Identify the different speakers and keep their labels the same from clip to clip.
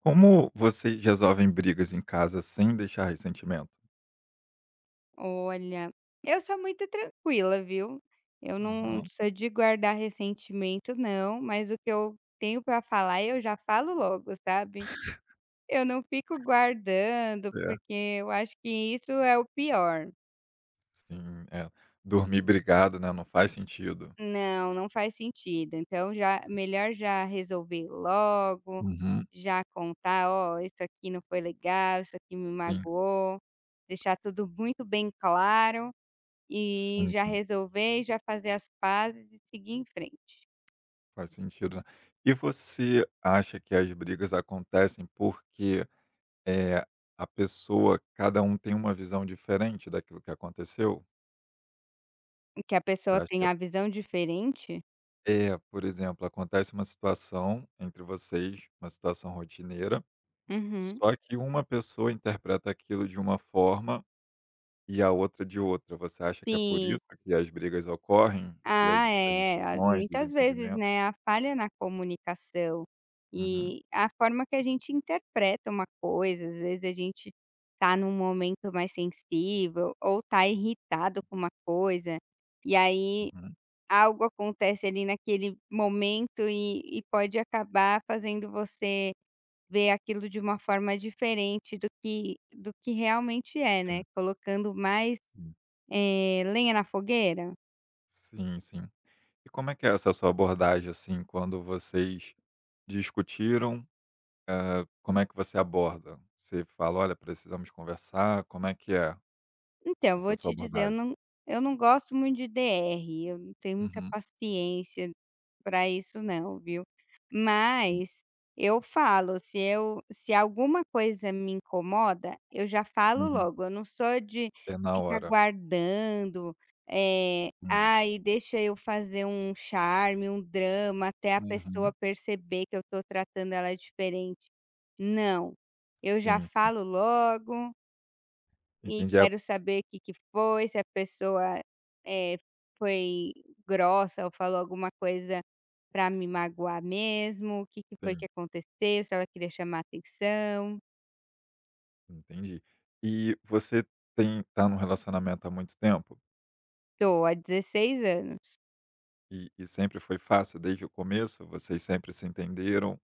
Speaker 1: Como vocês resolvem brigas em casa sem deixar ressentimento?
Speaker 2: Olha, eu sou muito tranquila, viu. Eu não
Speaker 1: Aham.
Speaker 2: sou de guardar ressentimento não, mas o que eu tenho para falar, eu já falo logo, sabe. Eu não fico guardando,
Speaker 1: É,
Speaker 2: porque eu acho que isso é o pior.
Speaker 1: sim, é. Dormir brigado, né, não faz sentido.
Speaker 2: Não, não faz sentido. Então já melhor já resolver logo,
Speaker 1: Uhum.
Speaker 2: já contar: "Ó, isso aqui não foi legal, isso aqui me
Speaker 1: Sim,
Speaker 2: magoou", deixar tudo muito bem claro. E
Speaker 1: sim,
Speaker 2: já
Speaker 1: sim,
Speaker 2: resolver e já fazer as pazes e seguir em frente.
Speaker 1: faz sentido, né. E você acha que as brigas acontecem porque, é a pessoa cada um tem uma visão diferente daquilo que aconteceu?
Speaker 2: Que a
Speaker 1: Você
Speaker 2: pessoa
Speaker 1: acha que
Speaker 2: tem
Speaker 1: é
Speaker 2: a visão diferente.
Speaker 1: por exemplo, acontece uma situação entre vocês, uma situação rotineira.
Speaker 2: Uhum.
Speaker 1: Só que uma pessoa interpreta aquilo de uma forma e a outra de outra. Você acha que é por
Speaker 2: Sim.
Speaker 1: isso que as brigas ocorrem e as
Speaker 2: Ah,
Speaker 1: as
Speaker 2: é. A
Speaker 1: discussões,
Speaker 2: Muitas vezes,
Speaker 1: desentendimento?
Speaker 2: né, a falha na comunicação
Speaker 1: Uhum,
Speaker 2: e a forma que a gente interpreta uma coisa, às vezes a gente tá num momento mais sensível ou tá irritado com uma coisa, e aí
Speaker 1: uhum.
Speaker 2: algo acontece ali naquele momento e pode acabar fazendo você ver aquilo de uma forma diferente do que realmente é, né,
Speaker 1: Sim,
Speaker 2: colocando mais
Speaker 1: sim.
Speaker 2: lenha na fogueira.
Speaker 1: Sim, sim. E como é que é essa sua abordagem, assim, quando vocês discutiram, como é que você aborda? Você fala: "Olha, precisamos conversar", como é que é
Speaker 2: Então,
Speaker 1: essa
Speaker 2: vou
Speaker 1: sua
Speaker 2: te dizer, eu
Speaker 1: abordagem?
Speaker 2: não eu não gosto muito de DR, eu não tenho muita
Speaker 1: Uhum,
Speaker 2: paciência para isso não, viu.
Speaker 1: sim.
Speaker 2: Mas eu falo, se alguma coisa me incomoda, eu já falo
Speaker 1: Uhum.
Speaker 2: logo, eu não sou de
Speaker 1: É na
Speaker 2: ficar
Speaker 1: hora.
Speaker 2: guardando,
Speaker 1: Entendi.
Speaker 2: "Ai, deixa eu fazer um charme, um drama, até a pessoa
Speaker 1: Uhum.
Speaker 2: perceber que eu estou tratando ela diferente". Não, eu já
Speaker 1: Sim, sim.
Speaker 2: falo logo e
Speaker 1: Entendi, é
Speaker 2: quero saber o que que foi, se a pessoa eh, foi grossa ou falou alguma coisa pra me magoar mesmo, o que que foi que
Speaker 1: sim.
Speaker 2: aconteceu, se ela queria chamar atenção.
Speaker 1: Entendi. E você tem tá num relacionamento há muito tempo?
Speaker 2: Tô há 16 anos.
Speaker 1: E sempre foi fácil desde o começo? Vocês sempre se entenderam?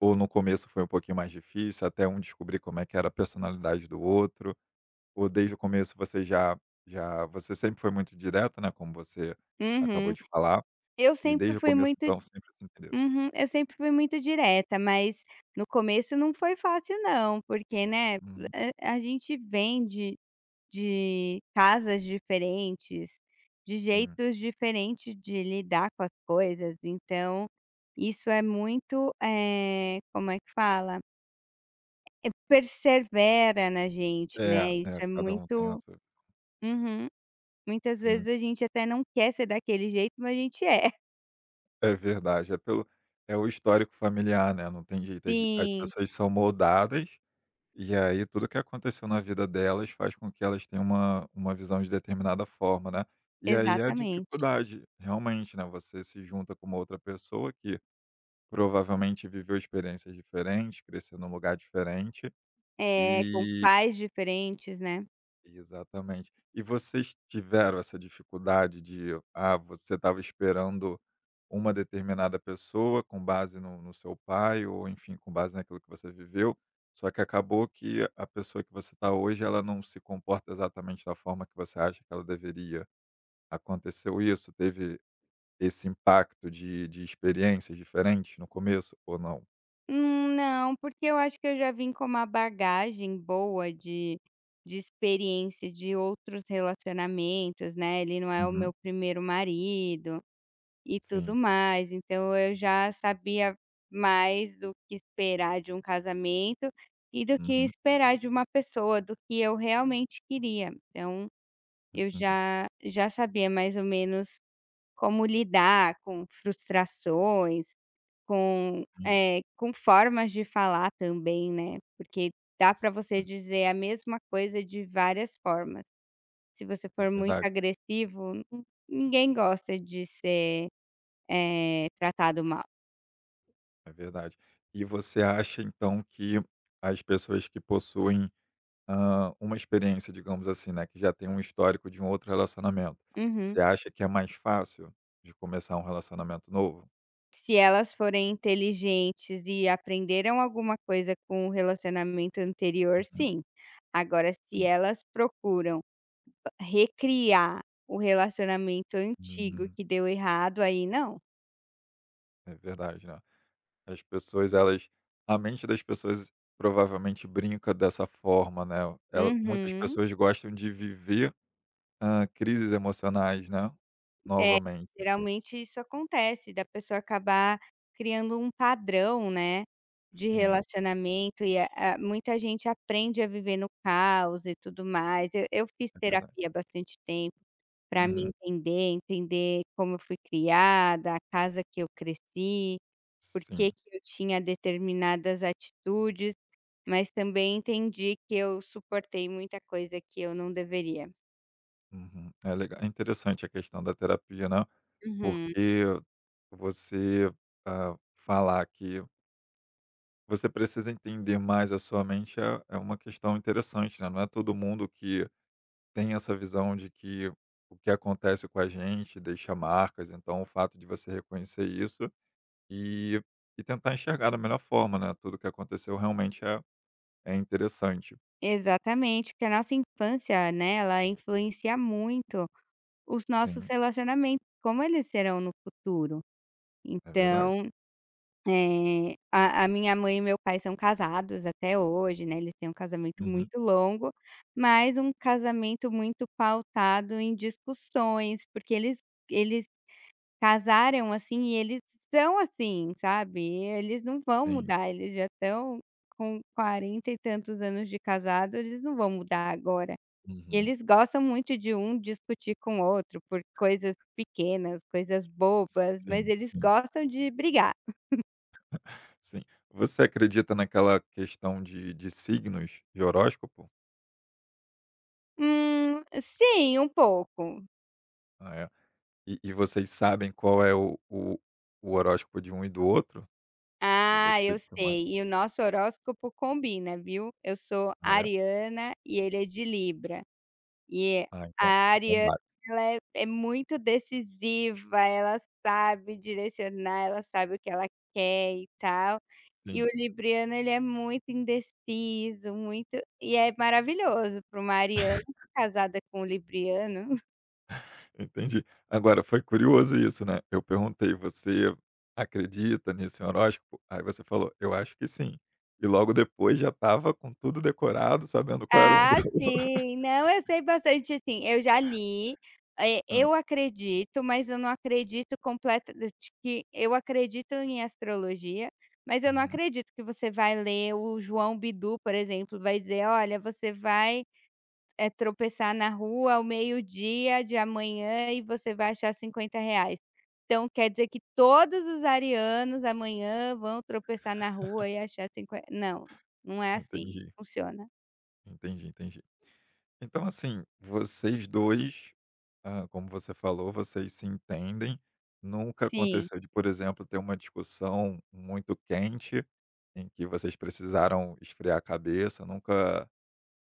Speaker 1: Ou no começo foi um pouquinho mais difícil, até um descobrir como é que era a personalidade do outro? Ou desde o começo você já já você sempre foi muito direta, né, como você acabou
Speaker 2: Uhum.
Speaker 1: de falar,
Speaker 2: Eu
Speaker 1: e
Speaker 2: sempre
Speaker 1: desde o
Speaker 2: fui
Speaker 1: começo
Speaker 2: muito
Speaker 1: então sempre se entenderam?
Speaker 2: uhum, eu sempre fui muito direta, mas no começo não foi fácil não, porque, né,
Speaker 1: Uhum.
Speaker 2: a gente vem de casas diferentes, de
Speaker 1: Sim.
Speaker 2: jeitos diferentes de lidar com as coisas. Então, isso é muito, como é que fala? Persevera na gente,
Speaker 1: É,
Speaker 2: né, isso
Speaker 1: é,
Speaker 2: é
Speaker 1: cada um tem a
Speaker 2: muito.
Speaker 1: sua
Speaker 2: Uhum. Muitas
Speaker 1: sim.
Speaker 2: vezes a gente até não quer ser daquele jeito, mas a gente é.
Speaker 1: É verdade, é pelo é o histórico familiar, né, não tem jeito, as
Speaker 2: Sim,
Speaker 1: pessoas são moldadas, e aí tudo que aconteceu na vida delas faz com que elas tenham uma visão de determinada forma, né. E aí é a
Speaker 2: exatamente.
Speaker 1: dificuldade, realmente, né, você se junta com uma outra pessoa que provavelmente viveu experiências diferentes, cresceu num lugar diferente,
Speaker 2: É, com
Speaker 1: e
Speaker 2: pais diferentes, né.
Speaker 1: exatamente. E vocês tiveram essa dificuldade de, ah, você estava esperando uma determinada pessoa com base no seu pai, ou enfim, com base naquilo que você viveu, só que acabou que a pessoa que você está hoje, ela não se comporta exatamente da forma que você acha que ela deveria. Aconteceu isso? Teve esse impacto de experiências diferentes no começo, ou não?
Speaker 2: Não, porque eu acho que eu já vim com uma bagagem boa de experiência de outros relacionamentos, né, ele não é o meu
Speaker 1: Uhum.
Speaker 2: primeiro marido e tudo
Speaker 1: Sim.
Speaker 2: mais, então eu já sabia mais do que esperar de um casamento e do que
Speaker 1: Uhum.
Speaker 2: esperar de uma pessoa, do que eu realmente queria. Então, eu
Speaker 1: Entendi.
Speaker 2: já já sabia mais ou menos como lidar com frustrações, com
Speaker 1: Entendi.
Speaker 2: com formas de falar também, né, porque dá para você
Speaker 1: Sim,
Speaker 2: dizer a mesma coisa de várias formas. Se você
Speaker 1: é
Speaker 2: for muito
Speaker 1: verdade.
Speaker 2: agressivo, ninguém gosta de ser tratado mal.
Speaker 1: É verdade. E você acha então que as pessoas que possuem, uma experiência, digamos assim, né, que já tem um histórico de um outro relacionamento,
Speaker 2: Uhum.
Speaker 1: você acha que é mais fácil de começar um relacionamento novo?
Speaker 2: Se elas forem inteligentes e aprenderam alguma coisa com o relacionamento anterior,
Speaker 1: Uhum,
Speaker 2: sim. Agora, se
Speaker 1: sim.
Speaker 2: elas procuram recriar o relacionamento antigo
Speaker 1: Hum,
Speaker 2: que deu errado, aí não.
Speaker 1: é verdade, né. As pessoas elas a mente das pessoas provavelmente brinca dessa forma, né, ela muitas
Speaker 2: Uhum.
Speaker 1: pessoas gostam de viver, crises emocionais, né,
Speaker 2: É,
Speaker 1: novamente.
Speaker 2: geralmente isso acontece, da pessoa acabar criando um padrão, né, de
Speaker 1: Sim,
Speaker 2: relacionamento e a muita gente aprende a viver no caos e tudo mais. Eu fiz
Speaker 1: é verdade.
Speaker 2: terapia há bastante tempo para me
Speaker 1: Uhum,
Speaker 2: entender, entender como eu fui criada, a casa que eu cresci, por
Speaker 1: sim.
Speaker 2: que que eu tinha determinadas atitudes, mas também entendi que eu suportei muita coisa que eu não deveria.
Speaker 1: Uhum. É legal, é interessante a questão da terapia, né,
Speaker 2: Uhum.
Speaker 1: porque você, ah, falar que você precisa entender mais a sua mente é uma questão interessante, né, não é todo mundo que tem essa visão de que o que acontece com a gente deixa marcas, então o fato de você reconhecer isso e tentar enxergar da melhor forma, né, tudo o que aconteceu realmente é interessante.
Speaker 2: Exatamente, porque a nossa infância, né, ela influencia muito os nossos
Speaker 1: Sim,
Speaker 2: relacionamentos, como eles serão no futuro.
Speaker 1: é verdade.
Speaker 2: Então, a minha mãe e meu pai são casados até hoje, né, eles têm um casamento
Speaker 1: Uhum.
Speaker 2: muito longo, mas um casamento muito pautado em discussões, porque eles casaram assim e eles são assim, sabe, eles não vão
Speaker 1: Sim.
Speaker 2: mudar, eles já estão com 40 e tantos anos de casado, eles não vão mudar agora. E
Speaker 1: Uhum.
Speaker 2: eles gostam muito de um discutir com o outro por coisas pequenas, coisas bobas, mas
Speaker 1: Sim,
Speaker 2: eles
Speaker 1: sim.
Speaker 2: gostam de brigar.
Speaker 1: Sim. Você acredita naquela questão de signos, de horóscopo?
Speaker 2: Sim, um pouco.
Speaker 1: Ah, é. E vocês sabem qual é o o horóscopo de um e do outro? De
Speaker 2: Ah,
Speaker 1: você e
Speaker 2: eu
Speaker 1: do seu marido?
Speaker 2: sei. E o nosso horóscopo combina, viu? Eu sou
Speaker 1: Ah, é?
Speaker 2: ariana e ele é de Libra. E
Speaker 1: Ah, então
Speaker 2: a
Speaker 1: então
Speaker 2: ariana,
Speaker 1: bate,
Speaker 2: ela é muito decisiva, ela sabe direcionar, ela sabe o que ela quer e tal. E o
Speaker 1: sim.
Speaker 2: libriano ele é muito indeciso, muito, e é maravilhoso para uma ariana casada com um libriano.
Speaker 1: Entendi. Agora, foi curioso isso, né. Eu perguntei: "Você acredita nesse horóscopo?" Aí você falou: "Eu acho que sim". E logo depois já estava com tudo decorado, sabendo qual era um do
Speaker 2: Ah,
Speaker 1: outro.
Speaker 2: sim. Não, eu sei bastante, assim, eu já li,
Speaker 1: Hã.
Speaker 2: eu acredito, mas eu não acredito completa de que eu acredito em astrologia, mas eu não
Speaker 1: Uhum.
Speaker 2: acredito que você vai ler o João Bidu, por exemplo, vai dizer: "Olha, você vai". É tropeçar na rua ao meio-dia de amanhã e você vai achar R$ 50. Então quer dizer que todos os arianos amanhã vão tropeçar na rua e achar 50? Não, não é assim
Speaker 1: Entendi,
Speaker 2: funciona.
Speaker 1: entendi, entendi. Então, assim, vocês 2, ah, como você falou, vocês se entendem. Nunca
Speaker 2: Sim.
Speaker 1: aconteceu de, por exemplo, ter uma discussão muito quente, em que vocês precisaram esfriar a cabeça, nunca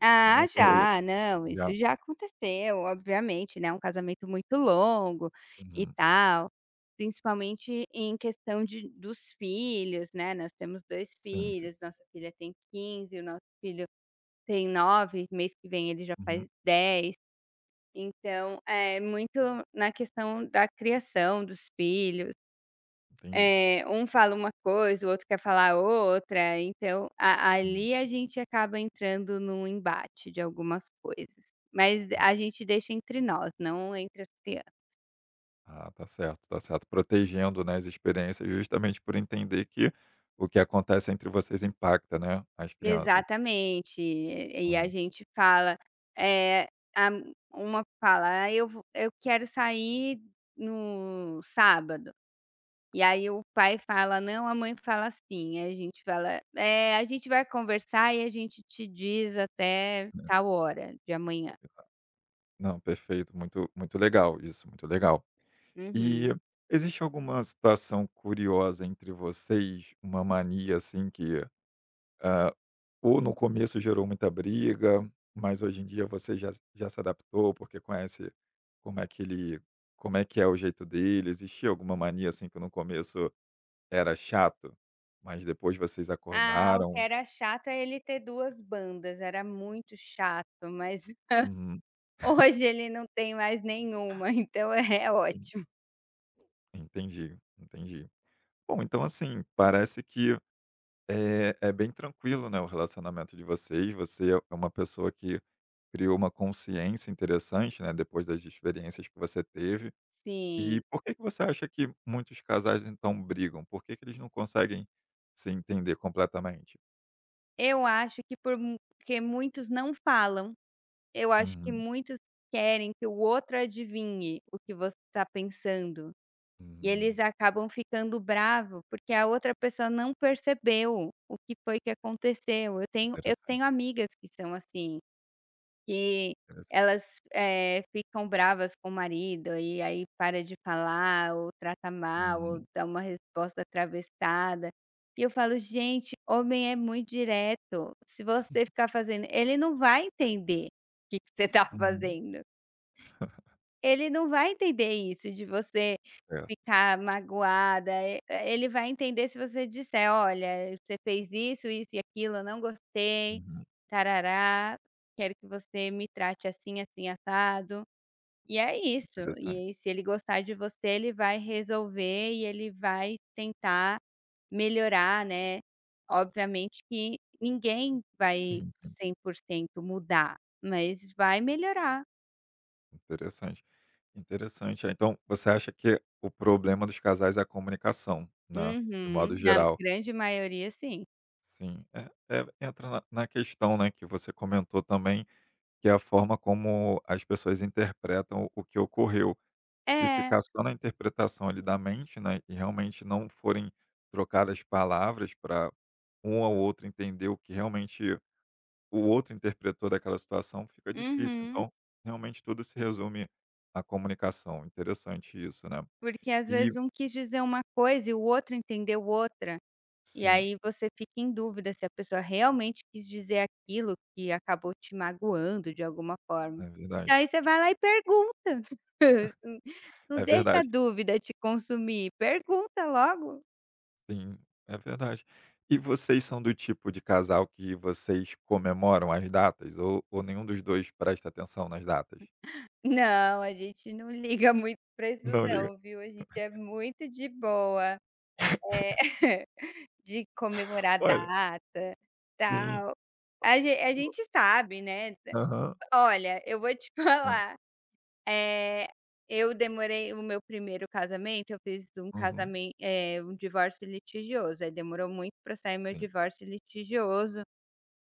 Speaker 2: Ah,
Speaker 1: nunca rolou
Speaker 2: já. Não, isso
Speaker 1: já
Speaker 2: já aconteceu, obviamente, né, um casamento muito longo e
Speaker 1: uhum.
Speaker 2: tal, principalmente em questão de dos filhos, né, nós temos dois
Speaker 1: Sim, sim.
Speaker 2: filhos, nossa filha tem 15, o nosso filho tem 9, mês que vem ele já faz
Speaker 1: Uhum,
Speaker 2: 10. Então, é muito na questão da criação dos filhos,
Speaker 1: entendi.
Speaker 2: um fala uma coisa, o outro quer falar outra, então a
Speaker 1: Hum,
Speaker 2: ali a gente acaba entrando num embate de algumas coisas. Mas
Speaker 1: hum.
Speaker 2: a gente deixa entre nós, não entre as crianças.
Speaker 1: Ah, tá certo, tá certo. Protegendo, né, as experiências justamente por entender que o que acontece entre vocês impacta, né, as crianças.
Speaker 2: Exatamente. E a
Speaker 1: Sim,
Speaker 2: gente fala, eh, a uma fala: "Ah, eu quero sair no sábado". E aí o pai fala não, a mãe fala sim. Aí a gente fala: "É, a gente vai conversar e a gente te diz até
Speaker 1: né,
Speaker 2: tal hora de amanhã".
Speaker 1: não, perfeito, muito muito legal isso, muito legal. E
Speaker 2: Uhum.
Speaker 1: existe alguma situação curiosa entre vocês, uma mania assim que, ah, ou no começo gerou muita briga, mas hoje em dia você já já se adaptou, porque conhece como é que ele como é que é o jeito dele? Existia alguma mania assim que no começo era chato, mas depois vocês
Speaker 2: Ah, o que
Speaker 1: acordaram?
Speaker 2: era chato é ele ter 2 bandas, era muito chato, mas
Speaker 1: Uhum,
Speaker 2: hoje ele não tem mais nenhuma, então é
Speaker 1: en
Speaker 2: ótimo.
Speaker 1: entendi, entendi. Bom, então assim, parece que É, é bem tranquilo, né, o relacionamento de vocês. Você é uma pessoa que criou uma consciência interessante, né, depois das experiências que você teve. E
Speaker 2: Sim.
Speaker 1: por que que você acha que muitos casais então brigam? Por que que eles não conseguem se entender completamente?
Speaker 2: Eu acho que porque muitos não falam. Eu acho que
Speaker 1: Uhum,
Speaker 2: muitos querem que o outro adivinhe o que você está pensando. E eles
Speaker 1: uhum,
Speaker 2: acabam ficando bravo, porque a outra pessoa não percebeu o que foi que aconteceu. Eu tenho
Speaker 1: interessante,
Speaker 2: amigas que são assim, que
Speaker 1: interessante.
Speaker 2: elas, ficam bravas com o marido e aí para de falar ou trata mal ou
Speaker 1: Uhum,
Speaker 2: dá uma resposta atravessada. E eu falo: "Gente, homem é muito direto. Se você ficar fazendo ele não vai entender o que que você está
Speaker 1: uhum,
Speaker 2: fazendo". Ele não vai entender isso de você
Speaker 1: certo,
Speaker 2: ficar magoada, e ele vai entender se você disser: "Olha, você fez isso, isso e aquilo, eu não gostei,
Speaker 1: uhum,
Speaker 2: tarará, quero que você me trate assim, assim, assado". E é isso, e
Speaker 1: interessante.
Speaker 2: aí se ele gostar de você, ele vai resolver e ele vai tentar melhorar, né. Obviamente que ninguém vai
Speaker 1: Sim, sim,
Speaker 2: 100% mudar, mas vai melhorar.
Speaker 1: interessante, interessante. Ah, então, você acha que o problema dos casais é a comunicação, né, de modo
Speaker 2: Uhum, na
Speaker 1: geral?
Speaker 2: grande maioria sim.
Speaker 1: Sim, é é entra na questão, né, que você comentou também, que é a forma como as pessoas interpretam o que ocorreu. Se
Speaker 2: É,
Speaker 1: ficar só na interpretação ali da mente, né, e realmente não forem trocadas palavras para um ao outro entender o que realmente o outro interpretou daquela situação, fica difícil.
Speaker 2: uhum.
Speaker 1: Então, realmente tudo se resume à comunicação. Interessante isso, né.
Speaker 2: Porque às
Speaker 1: E
Speaker 2: vezes um quis dizer uma coisa e o outro entendeu outra, e
Speaker 1: sim,
Speaker 2: aí você fica em dúvida se a pessoa realmente quis dizer aquilo que acabou te magoando de alguma forma.
Speaker 1: é verdade.
Speaker 2: Daí você vai lá e pergunta. Não
Speaker 1: É
Speaker 2: deixa a
Speaker 1: verdade.
Speaker 2: dúvida te consumir, pergunta logo.
Speaker 1: Sim, é verdade. E vocês são do tipo de casal que vocês comemoram as datas ou nenhum dos 2 presta atenção nas datas?
Speaker 2: Não, a gente não liga muito pra isso
Speaker 1: Não liga.
Speaker 2: não, viu, a gente é muito de boa. É. De comemorar a
Speaker 1: Olha,
Speaker 2: data,
Speaker 1: sim.
Speaker 2: tal. A gente sabe, né.
Speaker 1: Aham.
Speaker 2: Olha, eu vou te
Speaker 1: Hã.
Speaker 2: falar, eh, eu demorei o meu primeiro casamento, eu fiz um
Speaker 1: Uhum.
Speaker 2: casamento um divórcio litigioso, aí demorou muito para sair meu
Speaker 1: Sim.
Speaker 2: divórcio litigioso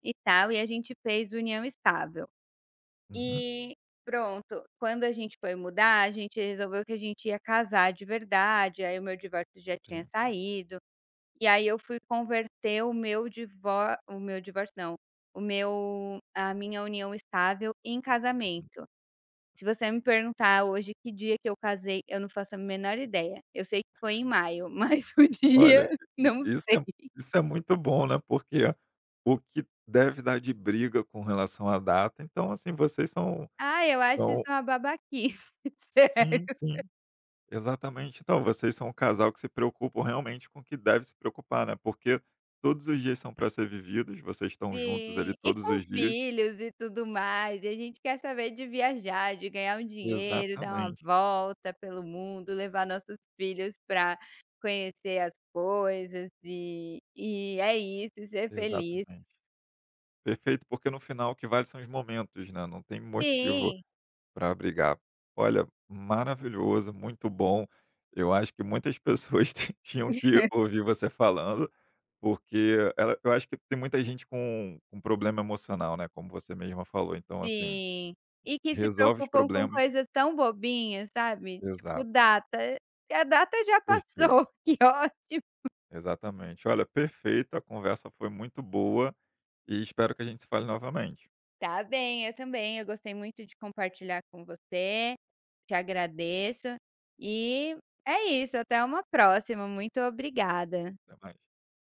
Speaker 2: e tal, e a gente fez união estável.
Speaker 1: Uhum.
Speaker 2: E pronto, quando a gente foi mudar, a gente resolveu que a gente ia casar de verdade, aí o meu divórcio já tinha
Speaker 1: Sim.
Speaker 2: saído. E aí eu fui converter o meu divórcio não, o meu a minha união estável em casamento. Se você me perguntar hoje que dia que eu casei, eu não faço a menor ideia. Eu sei que foi em maio, mas o
Speaker 1: Olha,
Speaker 2: dia
Speaker 1: i
Speaker 2: não sei.
Speaker 1: isso é muito bom, né, porque o que deve dar de briga com relação à data, então, assim, vocês são
Speaker 2: Ah, eu acho isso
Speaker 1: são
Speaker 2: uma babaquice.
Speaker 1: sim, sim. Exatamente. Então, vocês são um casal que se preocupam realmente com o que deve se preocupar, né? Porque todos os dias são para ser vividos, vocês estão juntos ali
Speaker 2: Sim, e
Speaker 1: todos
Speaker 2: com
Speaker 1: os dias.
Speaker 2: filhos e tudo mais, e a gente quer saber de viajar, de ganhar um dinheiro, dar uma
Speaker 1: Exatamente,
Speaker 2: volta pelo mundo, levar nossos filhos para conhecer as coisas e é isso, e ser feliz.
Speaker 1: exatamente. Perfeito, porque no final o que vale são os momentos, né? Não tem motivo
Speaker 2: Sim,
Speaker 1: para brigar. Olha, maravilhoso, muito bom. Eu acho que muitas pessoas tinham que ouvir você falando, porque ela, eu acho que tem muita gente com problema emocional, né? Como você mesma falou. Então, assim,
Speaker 2: sim. E que se
Speaker 1: resolve os
Speaker 2: preocupam com
Speaker 1: problemas
Speaker 2: coisas tão bobinhas, sabe, tipo
Speaker 1: exato,
Speaker 2: data, a data já
Speaker 1: perfeito,
Speaker 2: passou, que ótimo.
Speaker 1: exatamente. Olha, perfeito, a conversa foi muito boa e espero que a gente se fale novamente.
Speaker 2: Tá bem, eu também. Eu gostei muito de compartilhar com você. Te agradeço. E é isso, até uma próxima. Muito obrigada.
Speaker 1: Até mais.